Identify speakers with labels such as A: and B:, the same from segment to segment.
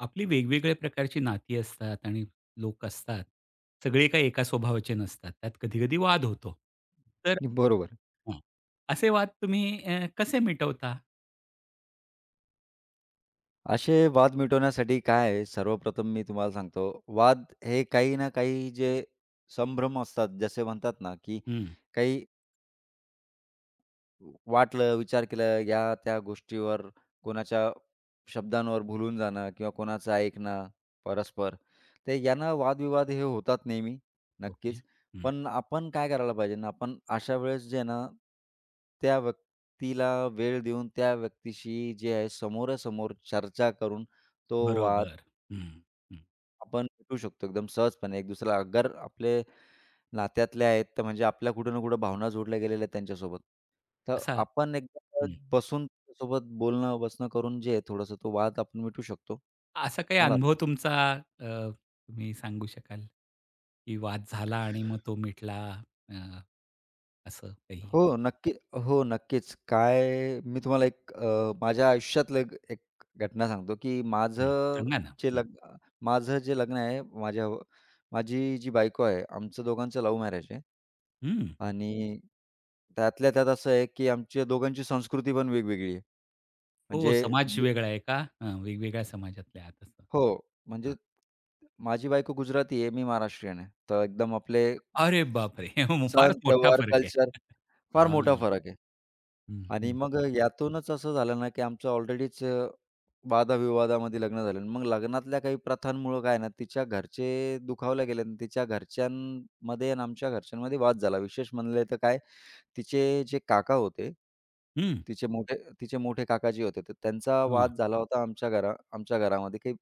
A: आपली वेगवेगळ्या प्रकारची नाती असतात आणि लोक असतात. सगळे काही एका स्वभावाचे नसतात. त्यात कधी-कधी वाद होतो. तर
B: बरोबर.
A: हां. असे वाद तुम्ही कसे मिटवता?
B: असे वाद मिटवण्यासाठी काय आहे, सर्वप्रथम मी तुम्हाला सांगतो, वाद हे काही ना काही जे संभ्रम असतात, जसे म्हणतात ना, की
A: हं.
B: काही वाटलं, विचार केला, या त्या गोष्टीवर कोणाच्या शब्दांवर भुलून जाणं किंवा कोणाचं ऐकणं परस्पर, तर यानं वादविवाद हे होतात नेहमी,
A: ओके.
B: नक्कीच.
A: हं.
B: पण आपण काय करायला पाहिजे ना, आपण अशा वेळेस जे आहे ना, त्या व्यक्तीला वेळ देऊन त्या व्यक्तीशी जे आहे समोरासमोर चर्चा करून तो वाद
A: बरोबर. हं, हं.
B: आपण भेटू शकतो एकदम सहजपणे एक दुसऱ्याला. अगर आपले नात्यातले आहेत, तर म्हणजे आपल्या कुठं ना कुठं भावना जोडल्या गेलेल्या आहेत त्यांच्यासोबत. तर
A: असा
B: आपण एकदा
A: हं.
B: बसून त्याच्यासोबत बोलणं, बसणं करून जे आहे थोडंसं तो वाद आपण मिटवू शकतो.
A: असा काही
B: मला
A: अनुभव तुमचा तुम्ही सांगू शकाल? की वाद झाला आणि मग तो मिटला अ, असं काही?
B: हो, नक्की हो, नक्कीच. काय मी तुम्हाला एक माझ्या आयुष्यातलं एक एक घटना सांगतो, की
A: हं. सांगा ना.
B: जे
A: हं.
B: लग्न अ, माझं जे लग्न आहे, माझी जी बायको आहे, आमचं दोघांचं लव्ह मॅरेज आहे.
A: हं.
B: आणि त्यातल्या त्यात असं आहे, की आमच्या दोघांची संस्कृती पण वेगवेगळी आहे.
A: हो,
B: म्हणजे
A: समाज
B: बी
A: वेगळा आहे का? हां, वेगवेगळ्या समाजातल्या आहात असं.
B: हो, म्हणजे माझी बायको गुजराती आहे, मी महाराष्ट्रीयन आहे. तर एकदम आपले
A: अरे बापरे! मग
B: सण,
A: फारच मोठा
B: त्योहार,
A: फरक आहे.
B: कल्चर फार मोठा
A: हां.
B: फरक आहे.
A: हं,
B: आणि
A: हं,
B: मग
A: हं.
B: यातूनच असं झालं ना, की आमचं ऑलरेडीच वादाविवादामध्ये लग्न झालं आणि मग लग्नातल्या काही प्रथांमुळं काय ना, तिच्या घरचे दुखावल्या गेले आणि तिच्या घरच्यांमध्ये आणि आमच्या घरच्यांमध्ये वाद झाला. विशेष म्हणले तर काय, तिचे जे काका होते,
A: हं,
B: तिचे मोठे तिचे मोठे काका होते, तर त्यांचा
A: हां.
B: वाद झाला होता आमच्या घरामध्ये काही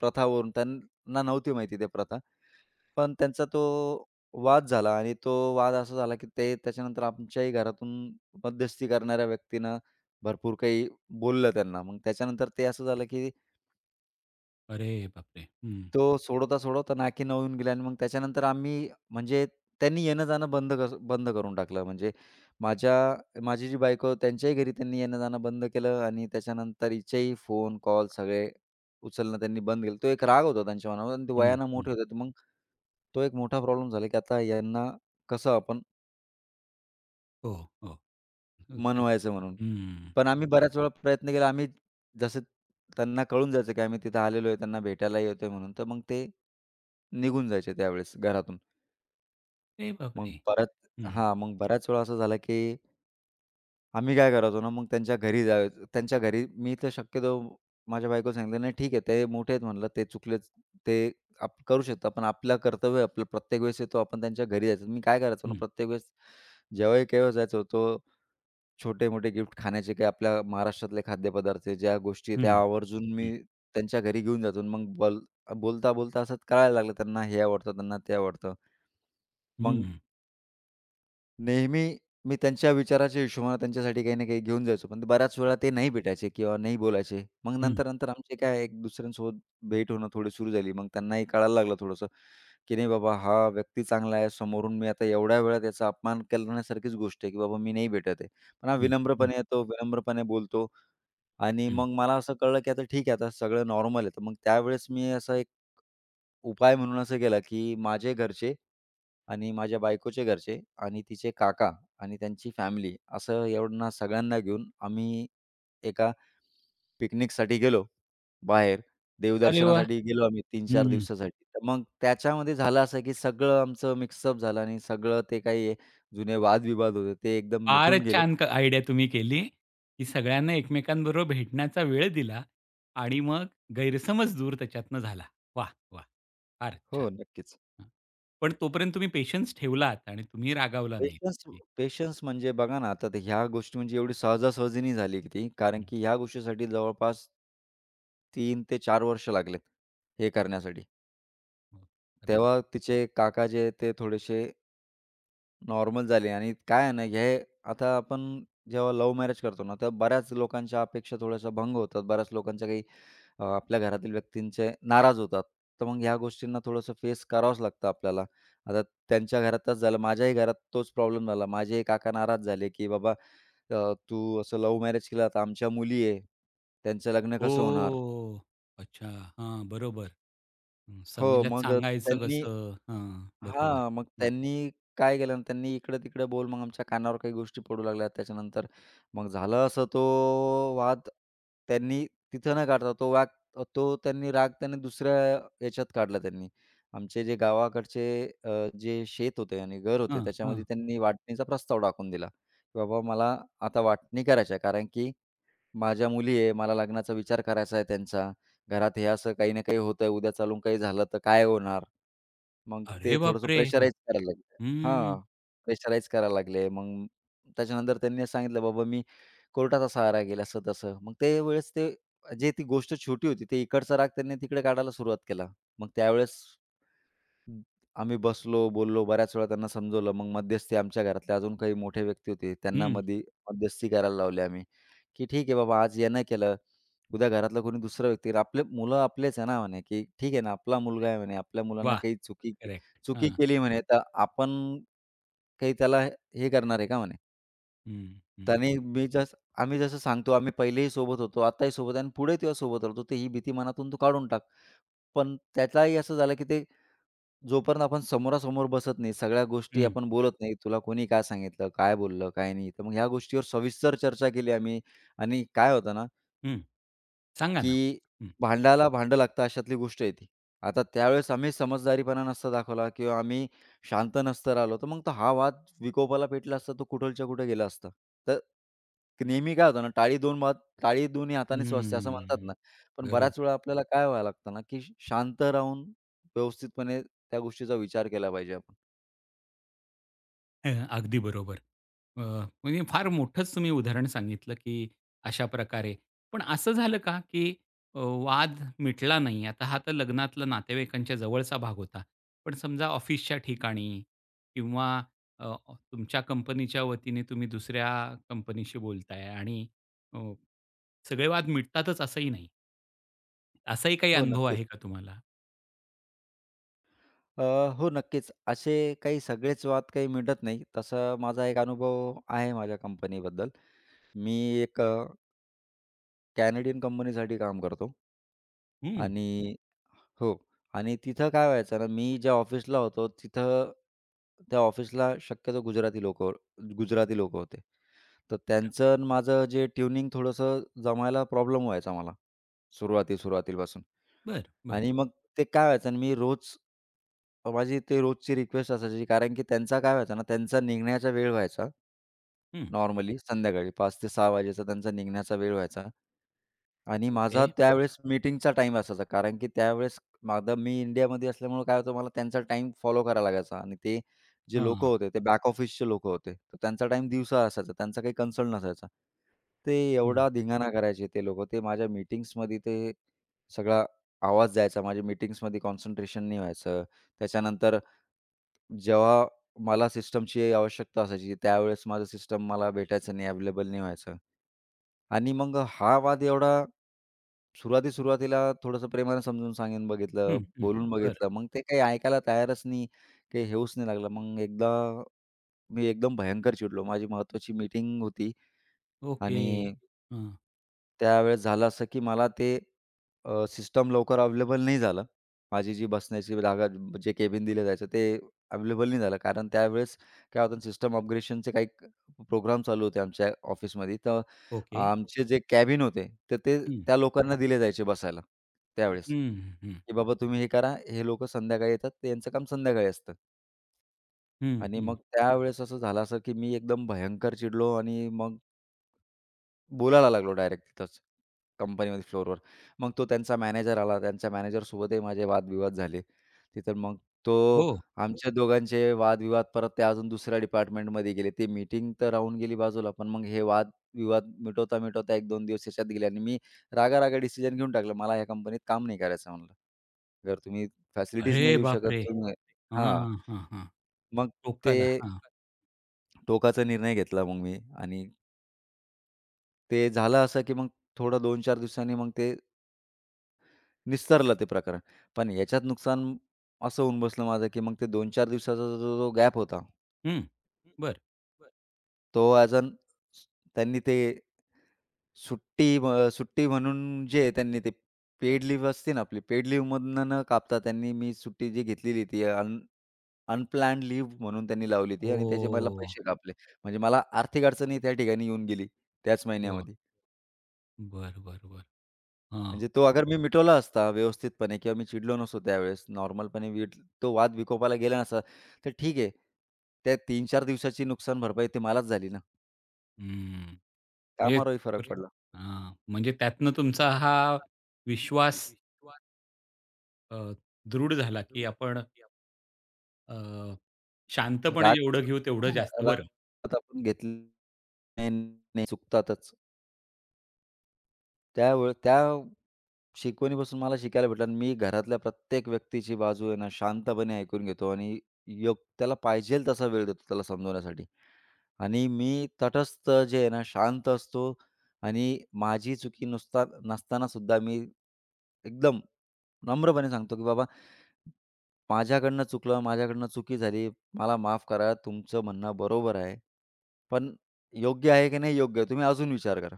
B: प्रथावरून. त्यांना नव्हती माहिती त्या प्रथा. पण त्यांचा तो वाद झाला आणि तो वाद असा झाला, की ते त्याच्यानंतर आमच्याही घरातून मध्यस्थी करणाऱ्या व्यक्तीनं भरपूर काही बोललं त्यांना. मग त्याच्यानंतर ते असं झालं, की
A: अरे बापरे! हं,
B: तो सोडवता-सोडवता नाकीनऊ येऊन गेले आणि मग त्याच्यानंतर आम्ही म्हणजे त्यांनी येणं-जाणं बंद करून टाकलं. म्हणजे माझ्या माझी जी बायको त्यांच्याही घरी त्यांनी येणं-जाणं बंद केलं आणि त्याच्यानंतर हिचेही फोन कॉल सगळे उचलणं त्यांनी बंद केलं. तो एक राग होता त्यांच्या मनावर आणि ते
A: हं,
B: वयानं
A: हं.
B: मोठे होते. तर मग तो एक मोठा प्रॉब्लेम झाला, की आता यांना कसं आपण
A: हो, हो.
B: मन व्हायचं म्हणून.
A: हं.
B: पण आम्ही बऱ्याच वेळा प्रयत्न केला. आम्ही जसं त्यांना कळून जायचं, की आम्ही तिथं आलेलो आहे, त्यांना भेटायला येतोय म्हणून, तर मग ते निघून जायचे त्यावेळेस घरातून.
A: अरे
B: मग
A: बापरे!
B: बऱ्याच
A: हं,
B: मग बऱ्याच वेळा असं झालं, की आम्ही काय करायचो ना, मग त्यांच्या घरी जायचो. त्यांच्या घरी मी तर शक्यतो माझ्या बायकोला सांगितलं, "नाही ठीक आहे, ते मोठे आहेत म्हणलं, ते चुकलेच, ते आप करू शकतात. पण आपलं कर्तव्य आहे, आपलं प्रत्येक वेळेस येतो, आपण त्यांच्या घरी जायचं." मी काय करायचो ना,
A: हं,
B: प्रत्येक वेळेस जेव्हाही केव्हा जायचो तो छोटे-मोठे गिफ्ट खाण्याचे काही आपल्या महाराष्ट्रातले खाद्यपदार्थ आहे, ज्या गोष्टी आहेत
A: हं,
B: त्या आवर्जून
A: हं,
B: मी त्यांच्या घरी घेऊन जातो. मग बल बोलता-बोलता असंच कळायला लागलं त्यांना हे आवडतं, त्यांना ते आवडतं. मग
A: हं,
B: नेहमी मी त्यांच्या विचाराच्या हिशोबाने त्यांच्यासाठी काही ना काही घेऊन जायचो. पण बऱ्याच वेळा ते नाही भेटायचे किंवा नाही बोलायचे. मग
A: हं,
B: नंतर-नंतर आमचे काय एक दुसऱ्यांसोबत भेट होणं थोडी सुरू झाली. मग त्यांनाही कळायला लागलं थोडंसं, की नाही बाबा हा व्यक्ती चांगला आहे. समोरून मी आता एवढ्या वेळा त्याचा अपमान करण्यासारखीच गोष्ट आहे, की बाबा मी नाही भेटत आहे. पण हा
A: हं, हं,
B: विनम्रपणे येतो, विनम्रपणे बोलतो आणि
A: हं.
B: मग मला असं कळलं, की आता ठीक आहे, आता सगळं नॉर्मल आहे. तर मग त्यावेळेस मी असा एक उपाय म्हणून असं केला, की माझे घरचे आणि माझ्या बायकोचे घरचे आणि तिचे काका आणि त्यांची फॅमिली असं एवढ्यांना सगळ्यांना घेऊन आम्ही एका पिकनिकसाठी गेलो बाहेर.
A: अरे वाह!
B: देवदर्शनासाठी गेलो आम्ही 3-4
A: हं.
B: दिवसासाठी. तर मग त्याच्यामध्ये झालं असं, की सगळं आमचं मिक्सअप झालं आणि सगळं ते काही जुने वादविवाद होते ते एकदम मिटून
A: फारच
B: गेले.
A: छान आयडिया तुम्ही केली, की सगळ्यांना एकमेकांबरोबर भेटण्याचा वेळ दिला आणि मग गैरसमज दूर त्याच्यातनं झाला. वाह! वाह! फारच छान.
B: हो, नक्कीच.
A: हां. पण तोपर्यंत तुम्ही पेशन्स ठेवलात आणि तुम्ही रागावला नाहीत.
B: पेशन्स पेशन्स म्हणजे बघा ना, आता ते ह्या गोष्टी म्हणजे एवढी सहजासहजी नाही झाली की ती. कारण
A: हं,
B: की ह्या गोष्टीसाठी जवळपास 3 ते 4 वर्ष लागलेत हे करण्यासाठी.
A: हो. अरे वाह!
B: तेव्हा तिचे काका जे आहे ते थोडेसे नॉर्मल झाले आणि काय आहे ना, हे आता आपण जेव्हा लव्ह मॅरेज करतो ना, तर बऱ्याच लोकांच्या अपेक्षा थोड्याशा भंग होतात. बऱ्याच लोकांच्या आपल्या घरातील व्यक्तींचे नाराज होतात. तर मग ह्या गोष्टींना थोडंसं फेस करावंच लागतं आपल्याला. आता त्यांच्या घरातच झालं, माझ्याही घरात तोच प्रॉब्लेम झाला. माझेही काका नाराज झाले, की "बाबा तू असं लव्ह मॅरेज केलं, आता आमच्या मुली आहे, त्यांचं लग्न कसं होणार?"
A: ओह! अच्छा. हां, बरोबर. हं,
B: हो,
A: समाजात सांगायचं कसं? हां, बरोबर.
B: मग
A: हं,
B: त्यांनी काय केलं ना, त्यांनी इकडं-तिकडं मग आमच्या कानावर काही गोष्टी पडू लागल्या. त्याच्यानंतर मग झालं असं तो वाद त्यांनी तिथं न काढता तो वाद तो त्यांनी राग त्यांनी दुसऱ्या याच्यात काढला त्यांनी. आमचे जे गावाकडचे अ, जे शेत होते आणि घर होते
A: हां, हां.
B: त्याच्यामध्ये त्यांनी वाटणीचा प्रस्ताव टाकून दिला, की "बाबा मला आता वाटणी करायची आहे." कारण की माझ्या मुली आहे, मला लग्नाचा विचार करायचा आहे त्यांचा. घरात हे असं काही ना काही होतंय, उद्या चालून काही झालं तर काय होणार? मग ते
A: अरे
B: थोडंसं
A: बापरे!
B: प्रेशराईज करायला लागले
A: हं,
B: हां, प्रेशराईज करायला लागले. मग त्याच्यानंतर त्यांनी सांगितलं, "बाबा मी कोर्टाचा सहारा घेईल," असं-तसं. मग ते वेळेस ते जे ती गोष्ट छोटी होती, ते इकडचा राग त्यांनी तिकडे काढायला सुरुवात केला. मग त्यावेळेस हं. आम्ही बसलो, बोललो, बऱ्याच वेळा त्यांना समजवलं. मग मध्यस्थी आमच्या घरातले अजून काही मोठे व्यक्ती होते, त्यांना
A: हं.
B: मध्यस्थी करायला लावली आम्ही, की "ठीक आहे बाबा, आज यानं केलं, उद्या घरातला कोणी दुसरा व्यक्ती करेल. आपले मुलं आपलेच आहे ना," म्हणे, की "ठीक आहे ना, आपला मुलगा आहे," म्हणे, "आपल्या मुलांना
A: वाह!
B: काही चुकी
A: करेक्ट.
B: चुकी
A: हां.
B: केली," म्हणे, "तर आपण काही त्याला हे करणार आहे का?" म्हणे.
A: हं, हं,
B: त्याने मी जसं आम्ही जसं सांगतो, आम्ही पहिलेही सोबत होतो, आत्ताही सोबत आहे आणि पुढे तेव्हा सोबत राहतो, तर ही भीती मनातून तू काढून टाक. पण त्यालाही असं झालं, की ते जोपर्यंत आपण समोरासमोर बसत नाही, सगळ्या गोष्टी
A: हं,
B: आपण बोलत नाही, तुला कोणी काय सांगितलं, काय बोललं, काय नाही. तर मग ह्या गोष्टीवर सविस्तर चर्चा केली आम्ही आणि काय होतं ना,
A: हं. सांगा ना.
B: की
A: हं.
B: भांड्याला भांडं लागतं अशातली गोष्ट आहे ती. आता त्यावेळेस आम्ही समजदारीपणा नसता दाखवला किंवा आम्ही शांत नसतं राहिलो, तर मग तो हा वाद विकोपाला पेटला असता, तो कुठलच्या कुठे गेला असता. तर नेहमी काय होतं ना, टाळी 2 बात टाळी दोन्ही हातानेच वाजते असं म्हणतात
A: हम्म.
B: ना. पण बऱ्याच वेळा
A: बरोबर.
B: आपल्याला काय व्हावं लागतं ना, की शांत राहून व्यवस्थितपणे त्या गोष्टीचा विचार केला पाहिजे आपण.
A: हं, अगदी बरोबर. अ, म्हणजे फार मोठंच तुम्ही उदाहरण सांगितलं, की अशा प्रकारे. पण असं झालं का, की वाद मिटला नाही? आता हा तर लग्नातला नातेवाईकांच्या जवळचा भाग होता. पण समजा ऑफिसच्या ठिकाणी किंवा अ, अ, तुमच्या कंपनीच्या वतीने तुम्ही दुसऱ्या कंपनीशी बोलताय आणि अ, सगळे वाद मिटतातच असंही नाही. असाही काही
B: हो,
A: अनुभव
B: नक्कीच.
A: आहे का तुम्हाला?
B: अ, हो, नक्कीच. असे काही सगळेच वाद काही मिटत नाही. तसा माझा एक अनुभव आहे माझ्या कंपनीबद्दल. मी एक कॅनेडियन कंपनीसाठी काम करतो.
A: हं.
B: आणि हो. आणि तिथं काय व्हायचं ना, मी ज्या ऑफिसला होतो तिथं त्या ऑफिसला शक्यतो गुजराती लोक होते. तर त्यांचं आणि माझं जे ट्युनिंग थोडंसं जमायला प्रॉब्लेम व्हायचा मला, सुरुवातीपासून.
A: बरं, बरं.
B: आणि मग ते काय व्हायचं ना, मी रोज माझी ते रोजची रिक्वेस्ट असायची कारण की त्यांचा काय व्हायचा ना, त्यांचा निघण्याचा वेळ व्हायचा.
A: हं.
B: नॉर्मली संध्याकाळी 5 ते 6 वाजेचा त्यांचा निघण्याचा वेळ व्हायचा. आणि
A: ओके.
B: माझा त्यावेळेस मीटिंगचा टाईम असायचा. कारण की त्यावेळेस माझा मी इंडियामध्ये असल्यामुळं काय होतं मला त्यांचा टाईम फॉलो करायला लागायचा आणि ते जे लोकं
A: हां.
B: होते ते बॅक ऑफिसचे लोकं होते. तर त्यांचा टाईम दिवसा असायचा. त्यांचा काही कन्सर्न नसायचा. ते
A: हं.
B: एवढा धिंगाणा करायचे ते लोकं. ते माझ्या मीटिंग्समध्ये ते सगळा आवाज जायचा. माझ्या मीटिंग्समध्ये कॉन्सन्ट्रेशन नाही व्हायचं. त्याच्यानंतर जेव्हा मला सिस्टमची आवश्यकता असायची त्यावेळेस माझं सिस्टम मला भेटायचं नाही, अवेलेबल नाही व्हायचं. आणि मग हा वाद एवढा सुरुवाती-सुरुवातीला थोडंसं प्रेमाने समजून सांगून बघितलं,
A: हं, हं.
B: बोलून
A: बरं.
B: बघितलं. मग ते काही ऐकायला तयारच नाही, काही हेऊच नाही लागलं. मग एकदा मी एकदम भयंकर चिडलो. माझी महत्त्वाची मीटिंग होती
A: ओके.
B: आणि
A: हां.
B: त्यावेळेस झालं असं, की मला ते सिस्टम लवकर अवेलेबल नाही झालं. माझी जी बसण्याची जागा, जे केबिन दिलं जायचं ते अवेलेबल नाही झालं. कारण त्यावेळेस काय होतं सिस्टम अपग्रेडेशनचे काही प्रोग्राम चालू होते आमच्या ऑफिसमध्ये. तर
A: ओके.
B: आमचे जे कॅबिन होते, तर ते
A: हं.
B: त्या लोकांना दिले जायचे बसायला त्यावेळेस,
A: हं, हं.
B: की बाबा तुम्ही हे करा, हे लोकं संध्याकाळी येतात, ते यांचं काम संध्याकाळी असतं.
A: हं,
B: आणि
A: हं.
B: मग त्यावेळेस असं झालं असं, की मी एकदम भयंकर चिडलो आणि मग बोलायला लागलो डायरेक्ट तिथंच, कंपनीमध्ये फ्लोअरवर. मग तो त्यांचा मॅनेजर आला. त्यांच्या मॅनेजरसोबतही माझे वादविवाद झाले. तिथं मग तो
A: हो.
B: आमच्या दोघांचे वादविवाद परत ते अजून दुसऱ्या डिपार्टमेंटमध्ये गेले. ती मीटिंग तर राहून गेली बाजूला, पण मग हे वादविवाद मिटवता-मिटवता 1-2 दिवस याच्यात गेले आणि मी रागा-रागा डिसिजन घेऊन टाकलं. मला ह्या कंपनीत काम नाही करायचं म्हणलं. जर तुम्ही
A: अरे
B: फॅसिलिटीज नाही देऊ शकत
A: बापरे!
B: तुम्ही हां.
A: हां, हां, हां.
B: मग ते
A: टोकाला. हां.
B: टोकाचा निर्णय घेतला मग मी आणि ते झालं असं, की मग थोडं 2-4 दिवसांनी मग ते निस्तरलं ते प्रकरण. पण याच्यात नुकसान असं होऊन बसलं माझं, की मग ते 2-4 दिवसाचा जो जो गॅप होता,
A: हं. बरं.
B: बरं. तो ॲज अन त्यांनी ते सुट्टी म्हणून जे त्यांनी ते पेड लीव्ह असते ना आपली, पेड लीव्हमधनं न कापता त्यांनी मी सुट्टी जी घेतलेली ती अनप्लॅन्ड लीव्ह म्हणून त्यांनी लावली ती आणि त्याचे मला
A: ओह!
B: पैसे कापले. म्हणजे मला आर्थिक अडचणी त्या ठिकाणी येऊन गेली त्याच
A: हो.
B: महिन्यामध्ये.
A: बरं, बरं, बरं. हां.
B: म्हणजे तो अगर मी मिटवला असता व्यवस्थितपणे किंवा मी चिडलो नसतो त्यावेळेस नॉर्मलपणे वीट तो वाद विकोपाला गेला नसता, तर ठीक आहे. त्या 3-4 दिवसाची नुकसान भरपाई ती मलाच झाली ना.
A: हं. म्हणजे
B: कामावरही
A: तर
B: फरक पडला.
A: हां. म्हणजे त्यातनं तुमचा हा विश्वास अ, दृढ झाला, की आपण अ, शांतपणे
B: राग
A: जेवढं घेऊ तेवढं जास्त
B: हां,
A: बरं.
B: राग आपण घेतली नाही, नाही चुकतातच. त्या शिकवणीपासून मला शिकायला भेटलं आणि मी घरातल्या प्रत्येक व्यक्तीची बाजू आहे ना, शांतपणे ऐकून घेतो आणि त्याला पाहिजेल तसा वेळ देतो त्याला समजवण्यासाठी. आणि मी तटस्थ जे आहे ना, शांत असतो आणि माझी चुकी नुसता नसताना सुद्धा मी एकदम नम्रपणे सांगतो, की "बाबा माझ्याकडनं चुकलं, माझ्याकडनं चुकी झाली. मला माफ करा. तुमचं म्हणणं बरोबर आहे. पण योग्य आहे की नाही योग्य? तुम्ही अजून विचार करा."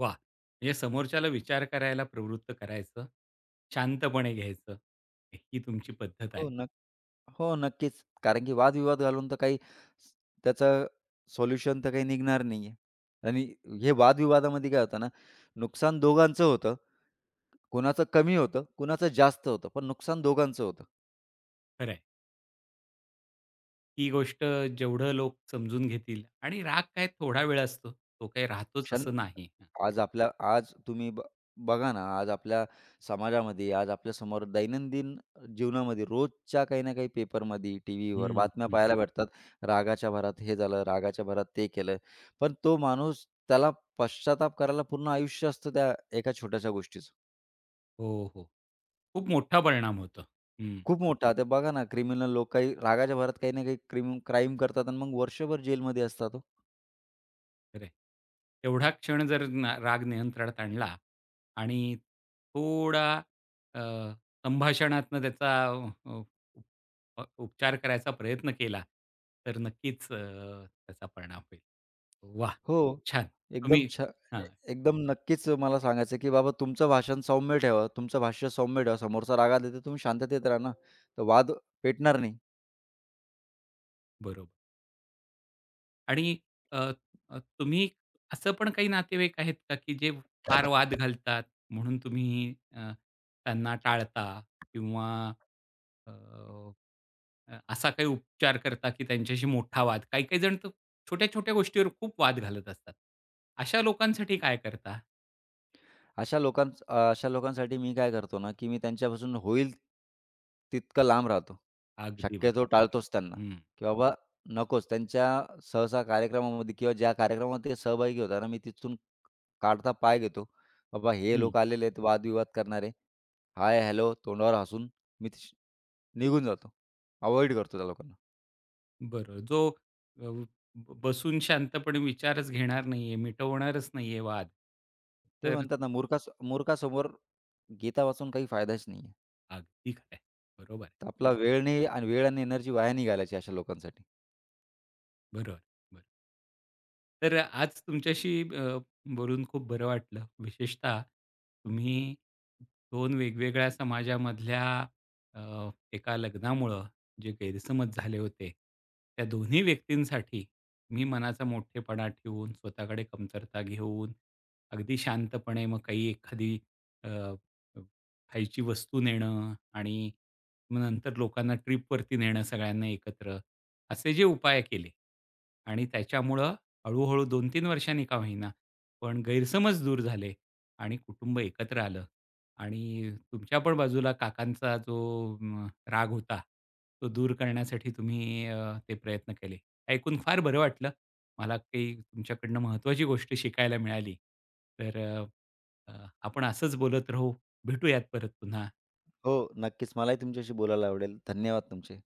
A: वाह! म्हणजे समोरच्याला विचार करायला प्रवृत्त करायचं, शांतपणे घ्यायचं. ही तुमची पद्धत आहे.
B: हो, हो, नक्कीच. कारण की वादविवाद घालून तर काही स त्याचं सोल्युशन तर काही निघणार नाहीये. आणि हे वादविवादामध्ये काय होतं ना, नुकसान दोघांचं होतं. कुणाचं कमी होतं, कुणाचं जास्त होतं, पण नुकसान दोघांचं होतं.
A: खरं आहे. ही गोष्ट जेवढं लोक समजून घेतील आणि राग काय थोडा वेळ असतो. तो काही राहतोच
B: क्षण
A: असं नाही.
B: आज आपल्या आज तुम्ही ब बघा ना, आज आपल्या समाजामध्ये, आज आपल्यासमोर दैनंदिन जीवनामध्ये रोजच्या काही ना काही पेपरमध्ये, टीव्हीवर
A: हं,
B: बातम्या
A: हं.
B: पाहायला भेटतात. रागाच्या भरात हे झालं, रागाच्या भरात ते केलं. पण तो माणूस त्याला पश्चाताप करायला पूर्ण आयुष्य असतं त्या एका छोट्याशा गोष्टीचं.
A: हो, हो. खूप मोठा परिणाम होतो.
B: खूप मोठा. ते बघा ना, क्रिमिनल लोक काही रागाच्या भरात काही ना काही क्राईम करतात आणि मग वर्षभर जेलमध्ये असतात हो.
A: खरं आहे. तेवढा क्षण जर ना राग नियंत्रणात आणला आणि थोडा अ, संभाषणातनं त्याचा उप- उपचार करायचा प्रयत्न केला, तर नक्कीच त्याचा परिणाम होईल. वाह!
B: हो,
A: छान. तुम्ही
B: एकदम छ
A: हां,
B: एकदम नक्कीच मला सांगायचं की बाबा तुमचं भाषण सौम्य ठेवा, तुमचं भाष्य सौम्य ठेवा. समोरचा रागात येतो, तुम्ही शांततेत राहा ना, तर वाद पेटणार नाही.
A: बरोबर. आणि अ, अ, तुम्ही असं पण काही नातेवाईक आहेत का, की जे फार वाद घालतात म्हणून तुम्ही त्यांना टाळता किंवा अ, अ, असा काही उपचार करता, की त्यांच्याशी मोठा वाद काही-काही जण तर छोट्या-छोट्या गोष्टीवर खूप वाद घालत असतात. अशा लोकांसाठी काय करता?
B: अशा लोकांसाठी मी काय करतो ना, की मी त्यांच्यापासून होईल तितकं लांब राहतो.
A: अगदी
B: शक्यतो
A: बरोबर.
B: टाळतोच त्यांना,
A: हं,
B: की बाबा नकोच. त्यांच्या सहसा कार्यक्रमामध्ये किंवा ज्या कार्यक्रमामध्ये ते सहभागी होतात ना, मी तिथून काढता पाय घेतो. बाबा हे
A: हं.
B: लोक आलेले आहेत वादविवाद करणारे. हाय, हॅलो तोंडावर हसून मी निघून जातो. अव्हॉइड करतो त्या लोकांना.
A: बरोबर. जो अ, ब बसून शांतपणे विचारच घेणार नाहीये, मिटवणारच नाहीये वाद.
B: ते
A: तर
B: म्हणतात ना मूर्खास मूर्खासमोर गीता वाचून काही फायदाच नाही आहे.
A: अगदी खरं बरोबर
B: तर
A: आहे.
B: आपला वेळ नाही आणि वेळ आणि एनर्जी वाया नाही घालायची अशा लोकांसाठी.
A: बरोबर, बरं. तर आज तुमच्याशी बोलून खूप बरं वाटलं. विशेषतः तुम्ही दोन वेगवेगळ्या समाजामधल्या एका लग्नामुळं जे गैरसमज झाले होते, त्या दोन्ही व्यक्तींसाठी तुम्ही मनाचा मोठेपणा ठेवून, स्वतःकडे कमतरता घेऊन, अगदी शांतपणे मग काही एखादी अ, खायची वस्तू नेणं आणि मग नंतर लोकांना ट्रिपवरती नेणं सगळ्यांना एकत्र. असे जे उपाय केले आणि त्याच्यामुळं हळू-हळू 2-3 वर्षांनी का होईना, पण गैरसमज दूर झाले आणि कुटुंब एकत्र आलं आणि तुमच्या पण बाजूला काकांचा जो राग होता, तो दूर करण्यासाठी तुम्ही ते प्रयत्न केले. ऐकून फार बरं वाटलं. मला काही तुमच्याकडनं महत्त्वाची गोष्ट शिकायला मिळाली. तर अ, अ, आपण असंच बोलत राहू. भेटूयात परत पुन्हा.
B: हो, नक्कीच. मलाही तुमच्याशी बोलायला आवडेल. धन्यवाद तुमचे.